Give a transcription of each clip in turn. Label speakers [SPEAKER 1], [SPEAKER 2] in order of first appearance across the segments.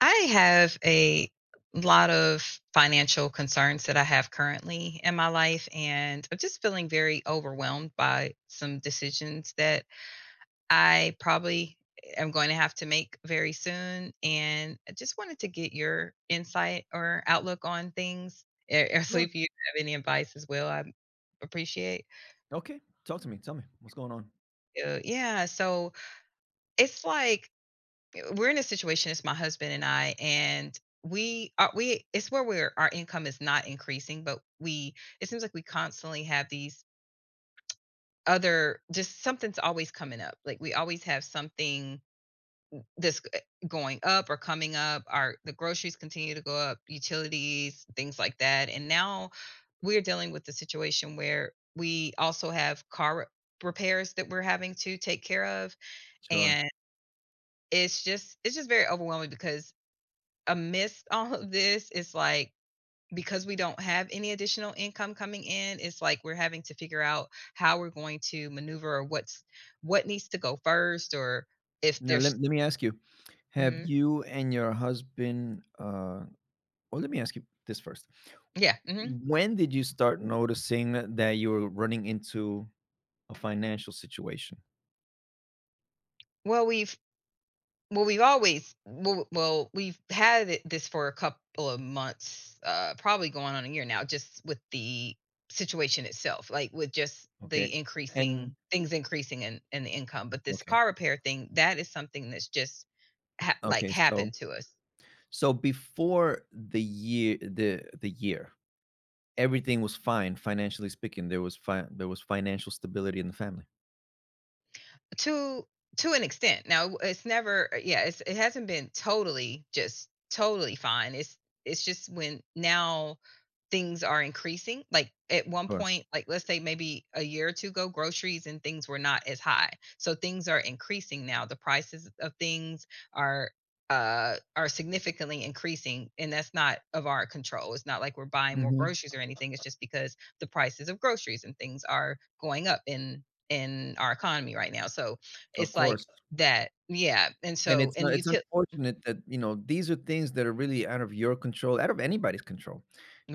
[SPEAKER 1] I have a lot of financial concerns that I have currently in my life, and I'm just feeling very overwhelmed by some decisions that I probably am going to have to make very soon. And I just wanted to get your insight or outlook on things. So
[SPEAKER 2] Sure.
[SPEAKER 1] if you have any advice as well, I appreciate.
[SPEAKER 2] Okay. Talk to me. Tell me what's going on.
[SPEAKER 1] Yeah, so it's like we're in a situation. It's my husband and i, and we are we it's where we're our income is not increasing, but we it seems like we constantly have these other, just something's always coming up. Like, we always have something that's going up or coming up. Our the groceries continue to go up, utilities, things like that. And now we're dealing with the situation where we also have car repairs that we're having to take care of.
[SPEAKER 2] Sure.
[SPEAKER 1] And it's just very overwhelming because amidst all of this, it's like because we don't have any additional income coming in, it's like we're having to figure out how we're going to maneuver, or what needs to go first, or if
[SPEAKER 2] Now let,
[SPEAKER 1] there's.
[SPEAKER 2] let me ask you. Have
[SPEAKER 1] Mhm.
[SPEAKER 2] you and your husband, well, let me ask you this first.
[SPEAKER 1] Yeah, mhm.
[SPEAKER 2] When did you start noticing that you were running into a financial situation?
[SPEAKER 1] Well, we've had this for a couple of months, probably going on a year now, just with the situation itself, like with just the
[SPEAKER 2] Okay. And
[SPEAKER 1] increasing, things increasing in the income. But this
[SPEAKER 2] okay.
[SPEAKER 1] car repair thing, that is something that's just Ha like,
[SPEAKER 2] Okay. So
[SPEAKER 1] happened to us
[SPEAKER 2] so before the year, everything was fine financially speaking. There was financial stability in the family.
[SPEAKER 1] to an extent. Now, it's never yeah, it hasn't been totally fine. It's just when now things are increasing. Like, at one
[SPEAKER 2] Sure.
[SPEAKER 1] point, like, let's say maybe a year or 2 ago, groceries and things were not as high. So things are increasing now. The prices of things are, are significantly increasing, and that's not of our control. It's not like we're buying more
[SPEAKER 2] Hmm.
[SPEAKER 1] groceries or anything. It's just because the prices of groceries and things are going up, and in our economy right now. So
[SPEAKER 2] Of
[SPEAKER 1] it's like
[SPEAKER 2] course.
[SPEAKER 1] that. Yeah. And
[SPEAKER 2] And
[SPEAKER 1] so,
[SPEAKER 2] it's uh,
[SPEAKER 1] and you
[SPEAKER 2] it's
[SPEAKER 1] tip,
[SPEAKER 2] unfortunate that, these are things that are really out of your control, out of anybody's control,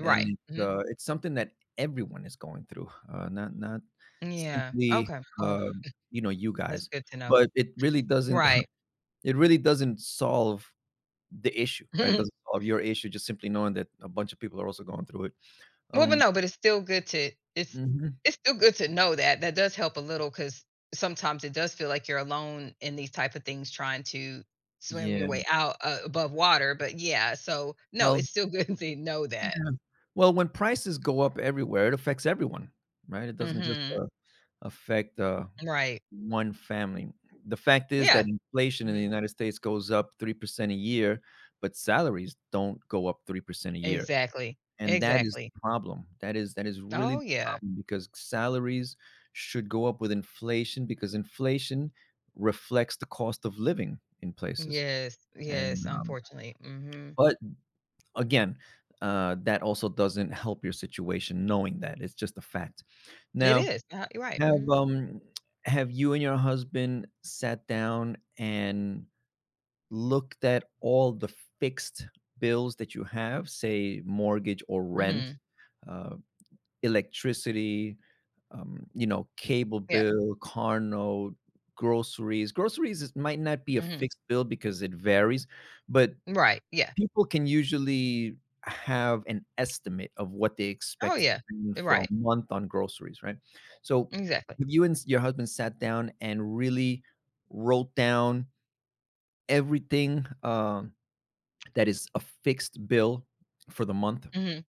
[SPEAKER 2] and it's,
[SPEAKER 1] Hmm.
[SPEAKER 2] uh, it's something that everyone is going through, not
[SPEAKER 1] Yeah.
[SPEAKER 2] simply,
[SPEAKER 1] Okay. Well,
[SPEAKER 2] um, you
[SPEAKER 1] that's
[SPEAKER 2] guys,
[SPEAKER 1] good to know.
[SPEAKER 2] but it really doesn't
[SPEAKER 1] Right.
[SPEAKER 2] it really doesn't solve the issue, right? It
[SPEAKER 1] well,
[SPEAKER 2] doesn't solve your issue just simply knowing that a bunch of people are also going through it.
[SPEAKER 1] but
[SPEAKER 2] Um
[SPEAKER 1] no, but it's still good to,
[SPEAKER 2] Mhm.
[SPEAKER 1] it's still good to know that that does help a little because sometimes it does feel like you're alone in these type of things trying to swim your
[SPEAKER 2] Yeah.
[SPEAKER 1] way out above water. But yeah, so no,
[SPEAKER 2] Well,
[SPEAKER 1] it's still good to know
[SPEAKER 2] yeah.
[SPEAKER 1] that.
[SPEAKER 2] Well, when prices go up everywhere, it affects everyone, right? It doesn't just,
[SPEAKER 1] Hmm.
[SPEAKER 2] affect,
[SPEAKER 1] Right.
[SPEAKER 2] one family. The fact is that
[SPEAKER 1] Yeah.
[SPEAKER 2] inflation in the
[SPEAKER 1] Hmm.
[SPEAKER 2] United States goes up 3% a year, but salaries don't go up 3% a year,
[SPEAKER 1] Exactly.
[SPEAKER 2] and that is
[SPEAKER 1] Exactly.
[SPEAKER 2] the problem. That is really
[SPEAKER 1] Oh,
[SPEAKER 2] the
[SPEAKER 1] yeah.
[SPEAKER 2] problem because salaries should go up with inflation because inflation reflects the cost of living in places,
[SPEAKER 1] Yes,
[SPEAKER 2] and,
[SPEAKER 1] yes, unfortunately. Mhm.
[SPEAKER 2] but again, that also doesn't help your situation knowing that. It's just a fact.
[SPEAKER 1] It
[SPEAKER 2] Now
[SPEAKER 1] Uh-huh, you're right.
[SPEAKER 2] have,
[SPEAKER 1] Mhm.
[SPEAKER 2] um have you and your husband sat down and looked at all the fixed bills that you have, say, mortgage or rent,
[SPEAKER 1] Mhm.
[SPEAKER 2] uh, electricity, cable
[SPEAKER 1] Yeah.
[SPEAKER 2] bill, car note, groceries? Groceries is might not be a
[SPEAKER 1] Mhm.
[SPEAKER 2] fixed bill because it varies, but
[SPEAKER 1] Right. Yeah.
[SPEAKER 2] people can usually have an estimate of what they
[SPEAKER 1] Oh,
[SPEAKER 2] expect to
[SPEAKER 1] yeah.
[SPEAKER 2] spend for a
[SPEAKER 1] Right.
[SPEAKER 2] month on groceries, right? So,
[SPEAKER 1] Exactly.
[SPEAKER 2] have you and s your husband sat down and really wrote down everything, that is a fixed bill for the month?
[SPEAKER 1] Mhm.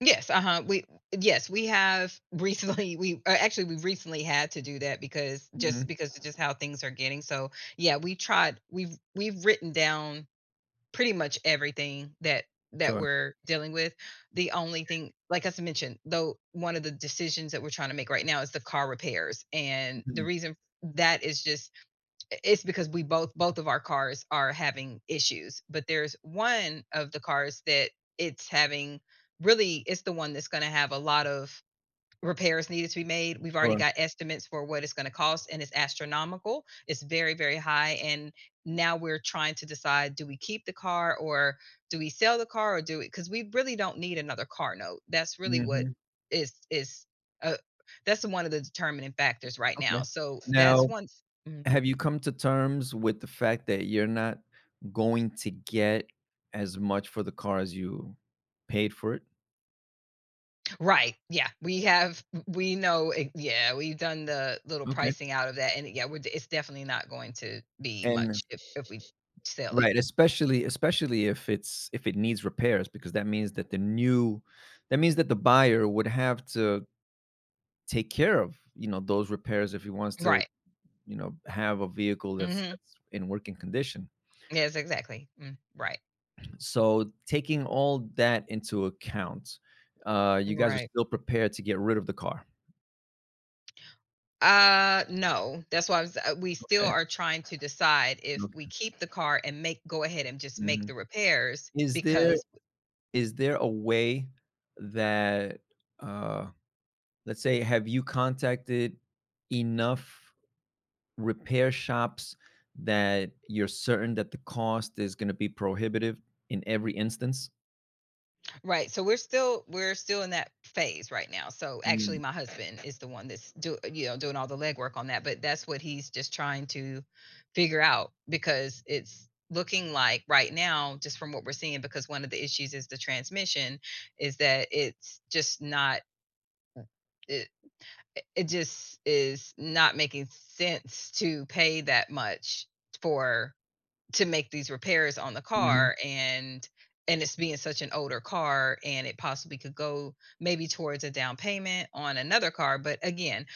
[SPEAKER 1] Yes. Uh-huh. we Yes, we have recently we actually, we recently had to do that because
[SPEAKER 2] Mhm.
[SPEAKER 1] just because of just how things are getting, so, yeah, we tried we've written down pretty much everything that
[SPEAKER 2] Sure.
[SPEAKER 1] we're dealing with. The only thing, like I mentioned, though, one of the decisions that we're trying to make right now is the car repairs. And the
[SPEAKER 2] Mhm.
[SPEAKER 1] reason that is just it's because we both of our cars are having issues. But there's one of the cars that it's having really it's the one that's going to have a lot of repairs needed to be made. We've already
[SPEAKER 2] Sure.
[SPEAKER 1] got estimates for what it's going to cost, and it's astronomical. It's very, very high. And now we're trying to decide, do we keep the car or do we sell the car or do we? Because we really don't need another car note. That's really what
[SPEAKER 2] Mhm.
[SPEAKER 1] is, is, uh, that's one of the determining factors right
[SPEAKER 2] Okay.
[SPEAKER 1] now. So that's
[SPEAKER 2] Now,
[SPEAKER 1] one. Mm.
[SPEAKER 2] have you come to terms with the fact that you're not going to get as much for the car as you paid for it?
[SPEAKER 1] Right. Yeah. We have, we know, it- yeah, we've done the little
[SPEAKER 2] Okay.
[SPEAKER 1] pricing out of that. And yeah, it's definitely not going to be
[SPEAKER 2] And
[SPEAKER 1] much if we sell it.
[SPEAKER 2] right, especially if it's if it needs repairs because that means that the buyer would have to take care of, those repairs if he wants to,
[SPEAKER 1] Right.
[SPEAKER 2] have a vehicle that's
[SPEAKER 1] Mhm.
[SPEAKER 2] that's in working condition.
[SPEAKER 1] Yes, exactly. Mm. Right,
[SPEAKER 2] So, taking all that into account, you guys are
[SPEAKER 1] right.
[SPEAKER 2] still prepared to get rid of the car.
[SPEAKER 1] No, that's why I was we still
[SPEAKER 2] Okay.
[SPEAKER 1] are trying to decide if we
[SPEAKER 2] Okay.
[SPEAKER 1] keep the car and make go ahead and just make
[SPEAKER 2] Mhm.
[SPEAKER 1] the repairs
[SPEAKER 2] Is there
[SPEAKER 1] because
[SPEAKER 2] is there a way that, uh, let's say, have you contacted enough repair shops that you're certain that the cost is gonna be prohibitive in every instance?
[SPEAKER 1] right, so we're still in that phase right now. So actually
[SPEAKER 2] Mm.
[SPEAKER 1] my husband is the one that's do you know doing all the legwork on that, but that's what he's just trying to figure out. Because it's looking like right now just from what we're seeing, because one of the issues is the transmission, is that it just is not making sense to pay that much for to make these repairs on the
[SPEAKER 2] Mhm.
[SPEAKER 1] car. And it's being such an older car, and it possibly could go maybe towards a down payment on another car. But again,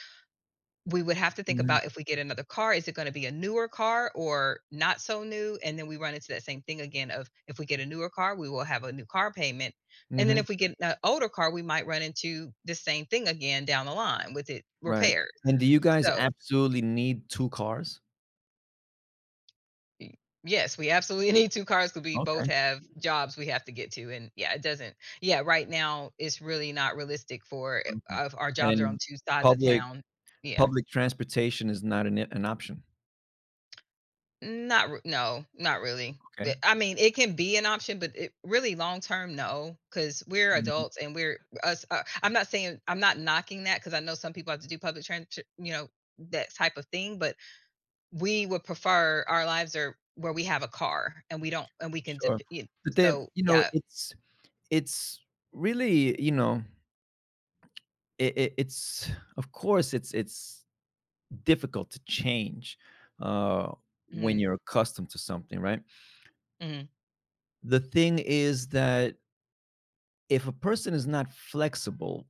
[SPEAKER 1] we would have to think
[SPEAKER 2] Mhm.
[SPEAKER 1] about, if we get another car, is it going to be a newer car or not so new. And then we run into that same thing again of, if we get a newer car, we will have a new car payment. And then
[SPEAKER 2] Mhm.
[SPEAKER 1] if we get an older car, we might run into the same thing again down the line with it
[SPEAKER 2] Right.
[SPEAKER 1] repaired.
[SPEAKER 2] And do you guys
[SPEAKER 1] So,
[SPEAKER 2] absolutely need 2 cars?
[SPEAKER 1] y yes, we absolutely need 2 cars because we both
[SPEAKER 2] Okay,
[SPEAKER 1] have jobs we have to get to. And yeah, it doesn't. Yeah, right now, it's really not realistic for
[SPEAKER 2] okay.
[SPEAKER 1] I our jobs are on
[SPEAKER 2] And
[SPEAKER 1] 2 sides of
[SPEAKER 2] public
[SPEAKER 1] town. Yeah.
[SPEAKER 2] public transportation is not an option.
[SPEAKER 1] Not r No, not really.
[SPEAKER 2] Okay.
[SPEAKER 1] But I mean, it can be an option, but it really long term, no, because 'cause we're
[SPEAKER 2] Mhm.
[SPEAKER 1] adults, and we're us I'm not saying I'm not knocking that because I know some people have to do public transit, that type of thing. But we would prefer our lives are where we have a car, and we don't, and we can dep
[SPEAKER 2] Sure.
[SPEAKER 1] y
[SPEAKER 2] But then,
[SPEAKER 1] so yeah.
[SPEAKER 2] it's really, you know, it it's of course, it's difficult to change, uh, when
[SPEAKER 1] Mhm,
[SPEAKER 2] you're accustomed to something, right?
[SPEAKER 1] mhm,
[SPEAKER 2] The thing is that if a person is not flexible,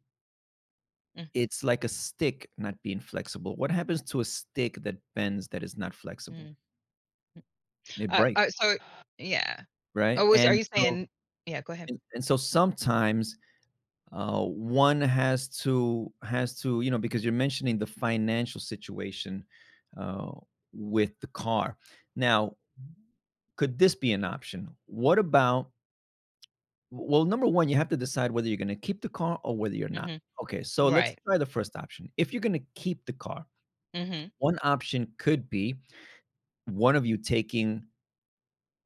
[SPEAKER 1] mm,
[SPEAKER 2] it's like a stick not being flexible. What happens to a stick that bends that is not flexible?
[SPEAKER 1] mhm, mm.
[SPEAKER 2] It breaks,
[SPEAKER 1] So yeah.
[SPEAKER 2] right?
[SPEAKER 1] Oh, was are
[SPEAKER 2] And
[SPEAKER 1] you
[SPEAKER 2] so
[SPEAKER 1] saying? Yeah, go ahead.
[SPEAKER 2] and, and so sometimes, one has to, because you're mentioning the financial situation, uh, with the car. Now, could this be an option? What about Well, number 1, you have to decide whether you're gonna keep the car or whether you're not.
[SPEAKER 1] Mhm.
[SPEAKER 2] Okay, so let's
[SPEAKER 1] Right.
[SPEAKER 2] try the first option. If you're gonna keep the car,
[SPEAKER 1] Mhm,
[SPEAKER 2] one option could be one of you taking,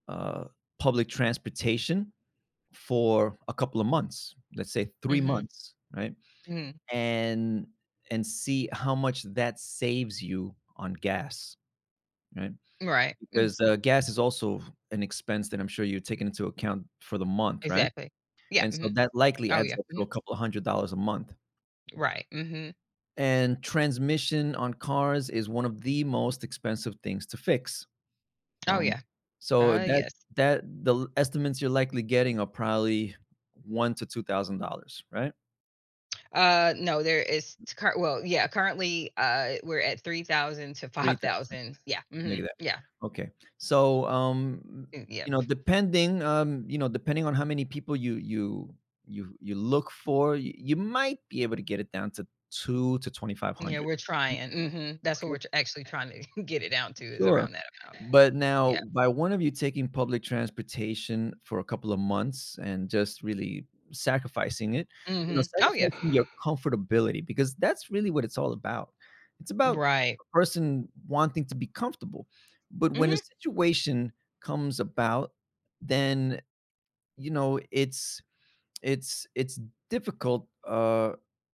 [SPEAKER 2] uh, public transportation for a couple of months, let's say 3
[SPEAKER 1] mhm,
[SPEAKER 2] months, right?
[SPEAKER 1] mhm.
[SPEAKER 2] And and see how much that saves you on gas, right?
[SPEAKER 1] Right.
[SPEAKER 2] Because, gas is also an expense that I'm sure you're taking into account for the month, right?
[SPEAKER 1] Exactly. Yeah,
[SPEAKER 2] And so
[SPEAKER 1] mhm.
[SPEAKER 2] that likely
[SPEAKER 1] Oh,
[SPEAKER 2] adds
[SPEAKER 1] yeah.
[SPEAKER 2] up to
[SPEAKER 1] Mhm.
[SPEAKER 2] a couple of $100 a month.
[SPEAKER 1] Right. Mhm.
[SPEAKER 2] And transmission on cars is one of the most expensive things to fix.
[SPEAKER 1] Oh,
[SPEAKER 2] Um,
[SPEAKER 1] yeah.
[SPEAKER 2] so that
[SPEAKER 1] Yes.
[SPEAKER 2] that the estimates you're likely getting are probably one to two thousand dollars, right?
[SPEAKER 1] No, there is cur well, yeah, currently, we're at 3,000 to
[SPEAKER 2] 3,000,
[SPEAKER 1] 5,000. Yeah,
[SPEAKER 2] look
[SPEAKER 1] mhm,
[SPEAKER 2] at that.
[SPEAKER 1] yeah,
[SPEAKER 2] Okay, so
[SPEAKER 1] mm, yeah.
[SPEAKER 2] you know, depending on how many people you look for, you might be able to get it down to two to twenty five
[SPEAKER 1] Yeah,
[SPEAKER 2] hundred.
[SPEAKER 1] we're trying, mhm, that's what
[SPEAKER 2] Okay,
[SPEAKER 1] we're tr actually trying to get it down to is
[SPEAKER 2] sure.
[SPEAKER 1] around that amount.
[SPEAKER 2] But now,
[SPEAKER 1] Yeah,
[SPEAKER 2] by one of you taking public transportation for a couple of months and just really sacrificing it,
[SPEAKER 1] mhm. Oh, yeah.
[SPEAKER 2] sacrificing your comfortability because that's really what it's all about. It's about
[SPEAKER 1] Right.
[SPEAKER 2] a person wanting to be comfortable. But when a
[SPEAKER 1] Mhm.
[SPEAKER 2] situation comes about, then, you know, it's it's difficult, uh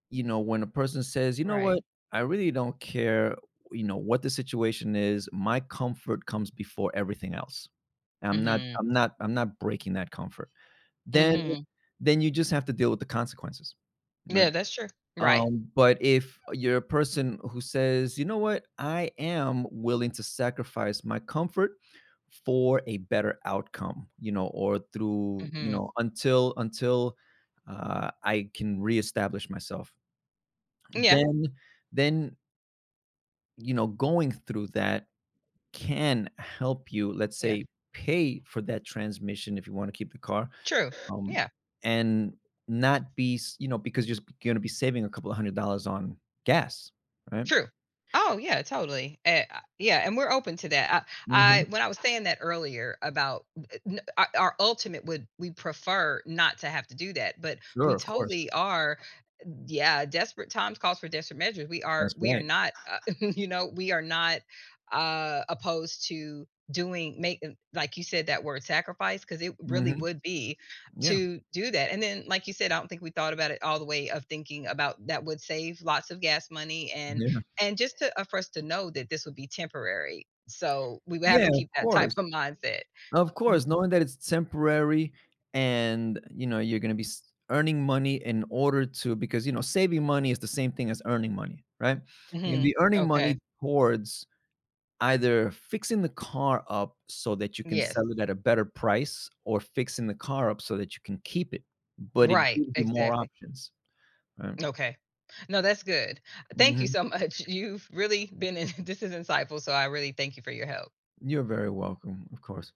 [SPEAKER 2] you know when a person says, "You know
[SPEAKER 1] Right.
[SPEAKER 2] what? I really don't care. You know what the situation is. My comfort comes before everything else.
[SPEAKER 1] Mhm.
[SPEAKER 2] I'm not breaking that comfort." Then
[SPEAKER 1] Mhm.
[SPEAKER 2] you just have to deal with the consequences, right?
[SPEAKER 1] Yeah, that's true. Right.
[SPEAKER 2] But if you're a person who says, "You know what? I am willing to sacrifice my comfort for a better outcome," or through,
[SPEAKER 1] Mhm.
[SPEAKER 2] until until I can reestablish myself,
[SPEAKER 1] Yeah,
[SPEAKER 2] then then, going through that can help you, let's
[SPEAKER 1] yeah.
[SPEAKER 2] say, pay for that transmission if you wanna keep the car,
[SPEAKER 1] True.
[SPEAKER 2] um,
[SPEAKER 1] Yeah.
[SPEAKER 2] and not be, because you're gonna be saving a couple of $100 on gas, right?
[SPEAKER 1] True. Oh, yeah, totally. Yeah, and we're open to that. I
[SPEAKER 2] Mhm.
[SPEAKER 1] when I was saying that earlier about eh, n our ultimate would we prefer not to have to do that, but
[SPEAKER 2] Sure,
[SPEAKER 1] we
[SPEAKER 2] of course.
[SPEAKER 1] totally are, yeah, desperate times calls for desperate measures. We are
[SPEAKER 2] That's
[SPEAKER 1] we are
[SPEAKER 2] right.
[SPEAKER 1] not, we are not, opposed to doing make like you said, that word sacrifice, because it really
[SPEAKER 2] Mhm.
[SPEAKER 1] would be
[SPEAKER 2] Yeah.
[SPEAKER 1] to do that. And then, like you said, I don't think we thought about it all the way of thinking about that would save lots of gas money. and
[SPEAKER 2] Yeah.
[SPEAKER 1] and just to for us to know that this would be temporary, so we would have
[SPEAKER 2] Yeah,
[SPEAKER 1] to
[SPEAKER 2] of
[SPEAKER 1] keep that type
[SPEAKER 2] course.
[SPEAKER 1] of mindset.
[SPEAKER 2] Of
[SPEAKER 1] Y
[SPEAKER 2] course, knowing that it's temporary and, you're gonna be s earning money in order to because, saving money is the same thing as earning money, right? You're gonna
[SPEAKER 1] Mhm.
[SPEAKER 2] be earning
[SPEAKER 1] Okay.
[SPEAKER 2] money towards either fixing the car up so that you can
[SPEAKER 1] Yes.
[SPEAKER 2] sell it at a better price or fixing the car up so that you can keep it, but it
[SPEAKER 1] Right,
[SPEAKER 2] gives you more
[SPEAKER 1] exactly.
[SPEAKER 2] options, right?
[SPEAKER 1] Okay. No, that's good. Thank you
[SPEAKER 2] Mhm.
[SPEAKER 1] so much. You've really been in. This is insightful, so I really thank you for your help.
[SPEAKER 2] You're very welcome, of course.